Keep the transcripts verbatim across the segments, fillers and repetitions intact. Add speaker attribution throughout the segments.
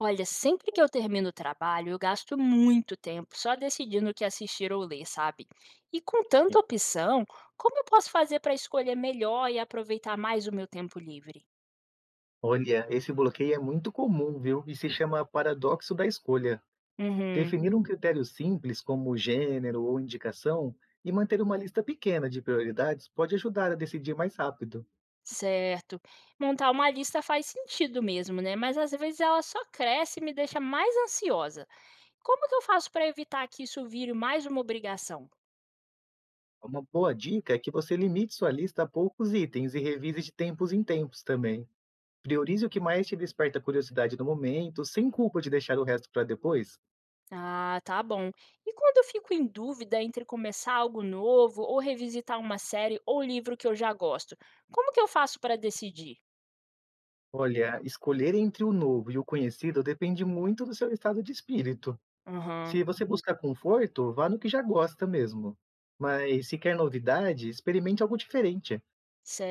Speaker 1: Olha, sempre que eu termino o trabalho, eu gasto muito tempo só decidindo o que assistir ou ler, sabe? E com tanta
Speaker 2: Sim.
Speaker 1: opção, como eu posso fazer para escolher melhor e aproveitar mais o meu tempo livre?
Speaker 2: Olha, esse bloqueio é muito comum, viu? E se chama paradoxo da escolha.
Speaker 1: Uhum,
Speaker 2: Definir um critério simples, como gênero ou indicação, e manter uma lista pequena de prioridades pode ajudar a decidir mais rápido.
Speaker 1: certo. Montar uma lista faz sentido mesmo, né? Mas às vezes ela só cresce e me deixa mais ansiosa. Como que eu faço para evitar que isso vire mais uma obrigação?
Speaker 2: Uma boa dica é que você limite sua lista a poucos itens e revise de tempos em tempos também. Priorize o que mais te desperta curiosidade no momento, sem culpa de deixar o resto para depois.
Speaker 1: Ah, tá bom. E quando eu fico em dúvida entre começar algo novo ou revisitar uma série ou livro que eu já gosto, como que eu faço para decidir?
Speaker 2: Olha, escolher entre o novo e o conhecido depende muito do seu estado de espírito.
Speaker 1: Aham,
Speaker 2: Se você buscar conforto, vá no que já gosta mesmo. Mas se quer novidade, experimente algo diferente.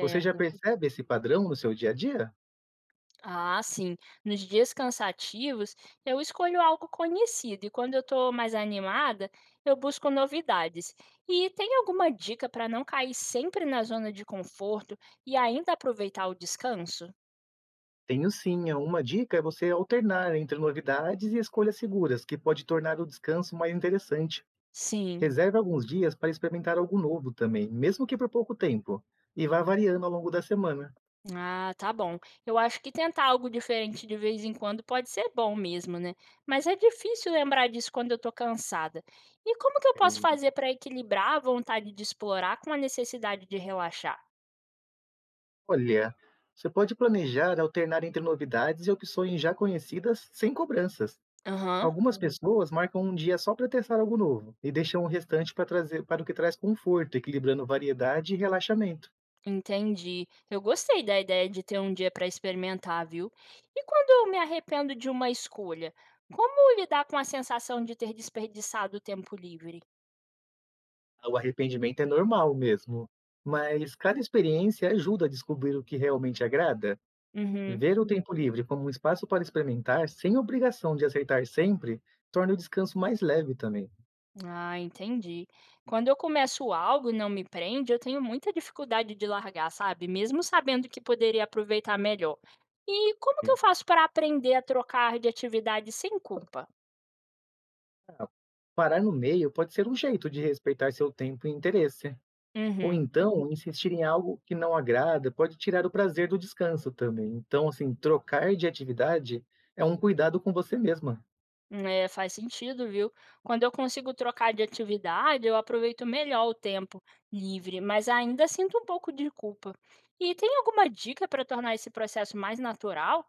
Speaker 2: Você já percebe esse padrão no seu dia a dia?
Speaker 1: Ah, sim. Nos dias cansativos, eu escolho algo conhecido e quando eu estou mais animada, eu busco novidades. E tem alguma dica para não cair sempre na zona de conforto e ainda aproveitar o descanso?
Speaker 2: Tenho sim, é uma dica, é você alternar entre novidades e escolhas seguras, que pode tornar o descanso mais interessante.
Speaker 1: Sim.
Speaker 2: Reserve alguns dias para experimentar algo novo também, mesmo que por pouco tempo, e vá variando ao longo da semana.
Speaker 1: Ah, tá bom. Eu acho que tentar algo diferente de vez em quando pode ser bom mesmo, né? Mas é difícil lembrar disso quando eu tô cansada. E como que eu posso
Speaker 2: E,
Speaker 1: fazer para equilibrar a vontade de explorar com a necessidade de relaxar?
Speaker 2: olha, você pode planejar alternar entre novidades e opções já conhecidas sem cobranças.
Speaker 1: Aham,
Speaker 2: Algumas pessoas marcam um dia só para testar algo novo e deixam o restante para trazer para o que traz conforto, equilibrando variedade e relaxamento.
Speaker 1: entendi. Eu gostei da ideia de ter um dia para experimentar, viu? E quando eu me arrependo de uma escolha, como lidar com a sensação de ter desperdiçado o tempo livre?
Speaker 2: O arrependimento é normal mesmo, mas cada experiência ajuda a descobrir o que realmente agrada.
Speaker 1: Uhum.
Speaker 2: Ver o tempo livre como um espaço para experimentar, sem obrigação de acertar sempre, torna o descanso mais leve também.
Speaker 1: Ah, entendi. Quando eu começo algo e não me prende, eu tenho muita dificuldade de largar, sabe? Mesmo sabendo que poderia aproveitar melhor. E como que eu faço para aprender a trocar de atividade sem culpa?
Speaker 2: Ah, parar no meio pode ser um jeito de respeitar seu tempo e interesse. Ou
Speaker 1: Uhum.
Speaker 2: então, insistir em algo que não agrada pode tirar o prazer do descanso também. Então, assim, trocar de atividade é um cuidado com você mesma.
Speaker 1: É, faz sentido, viu? Quando eu consigo trocar de atividade, eu aproveito melhor o tempo livre, mas ainda sinto um pouco de culpa. E tem alguma dica para tornar esse processo mais natural?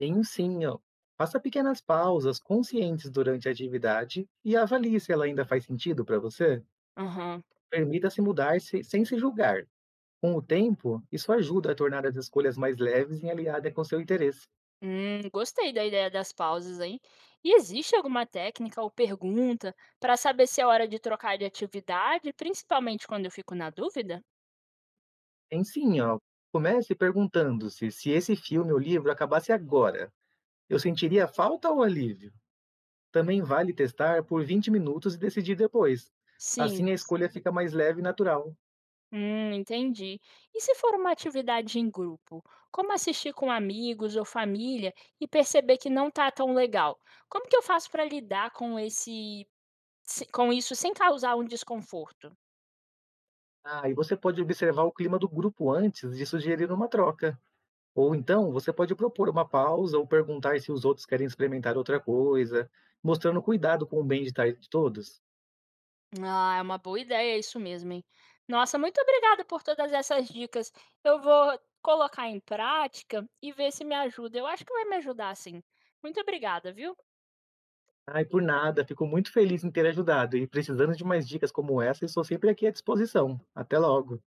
Speaker 2: Tem um sim, ó. Faça pequenas pausas conscientes durante a atividade e avalie se ela ainda faz sentido para você.
Speaker 1: Aham.
Speaker 2: Permita-se mudar-se sem se julgar. Com o tempo, isso ajuda a tornar as escolhas mais leves e alinhadas com seu interesse.
Speaker 1: Hum, gostei da ideia das pausas, hein? E existe alguma técnica ou pergunta para saber se é hora de trocar de atividade, principalmente quando eu fico na dúvida?
Speaker 2: Tem sim, ó. Comece perguntando-se, se esse filme ou livro acabasse agora, eu sentiria falta ou alívio? Também vale testar por vinte minutos e decidir depois. Assim
Speaker 1: Sim.
Speaker 2: a escolha fica mais leve e natural.
Speaker 1: Hum, entendi. E se for uma atividade em grupo, como assistir com amigos ou família e perceber que não tá tão legal? Como que eu faço para lidar com esse, se- com isso sem causar um desconforto?
Speaker 2: Ah, e você pode observar o clima do grupo antes de sugerir uma troca. Ou então, você pode propor uma pausa ou perguntar se os outros querem experimentar outra coisa, mostrando cuidado com o bem-estar de todos.
Speaker 1: Ah, é uma boa ideia isso mesmo, hein? Nossa, muito obrigada por todas essas dicas. Eu vou colocar em prática e ver se me ajuda. Eu acho que vai me ajudar, sim. Muito obrigada, viu?
Speaker 2: Ai, por nada, fico muito feliz em ter ajudado, e precisando de mais dicas como essa, estou sempre aqui à disposição. Até logo.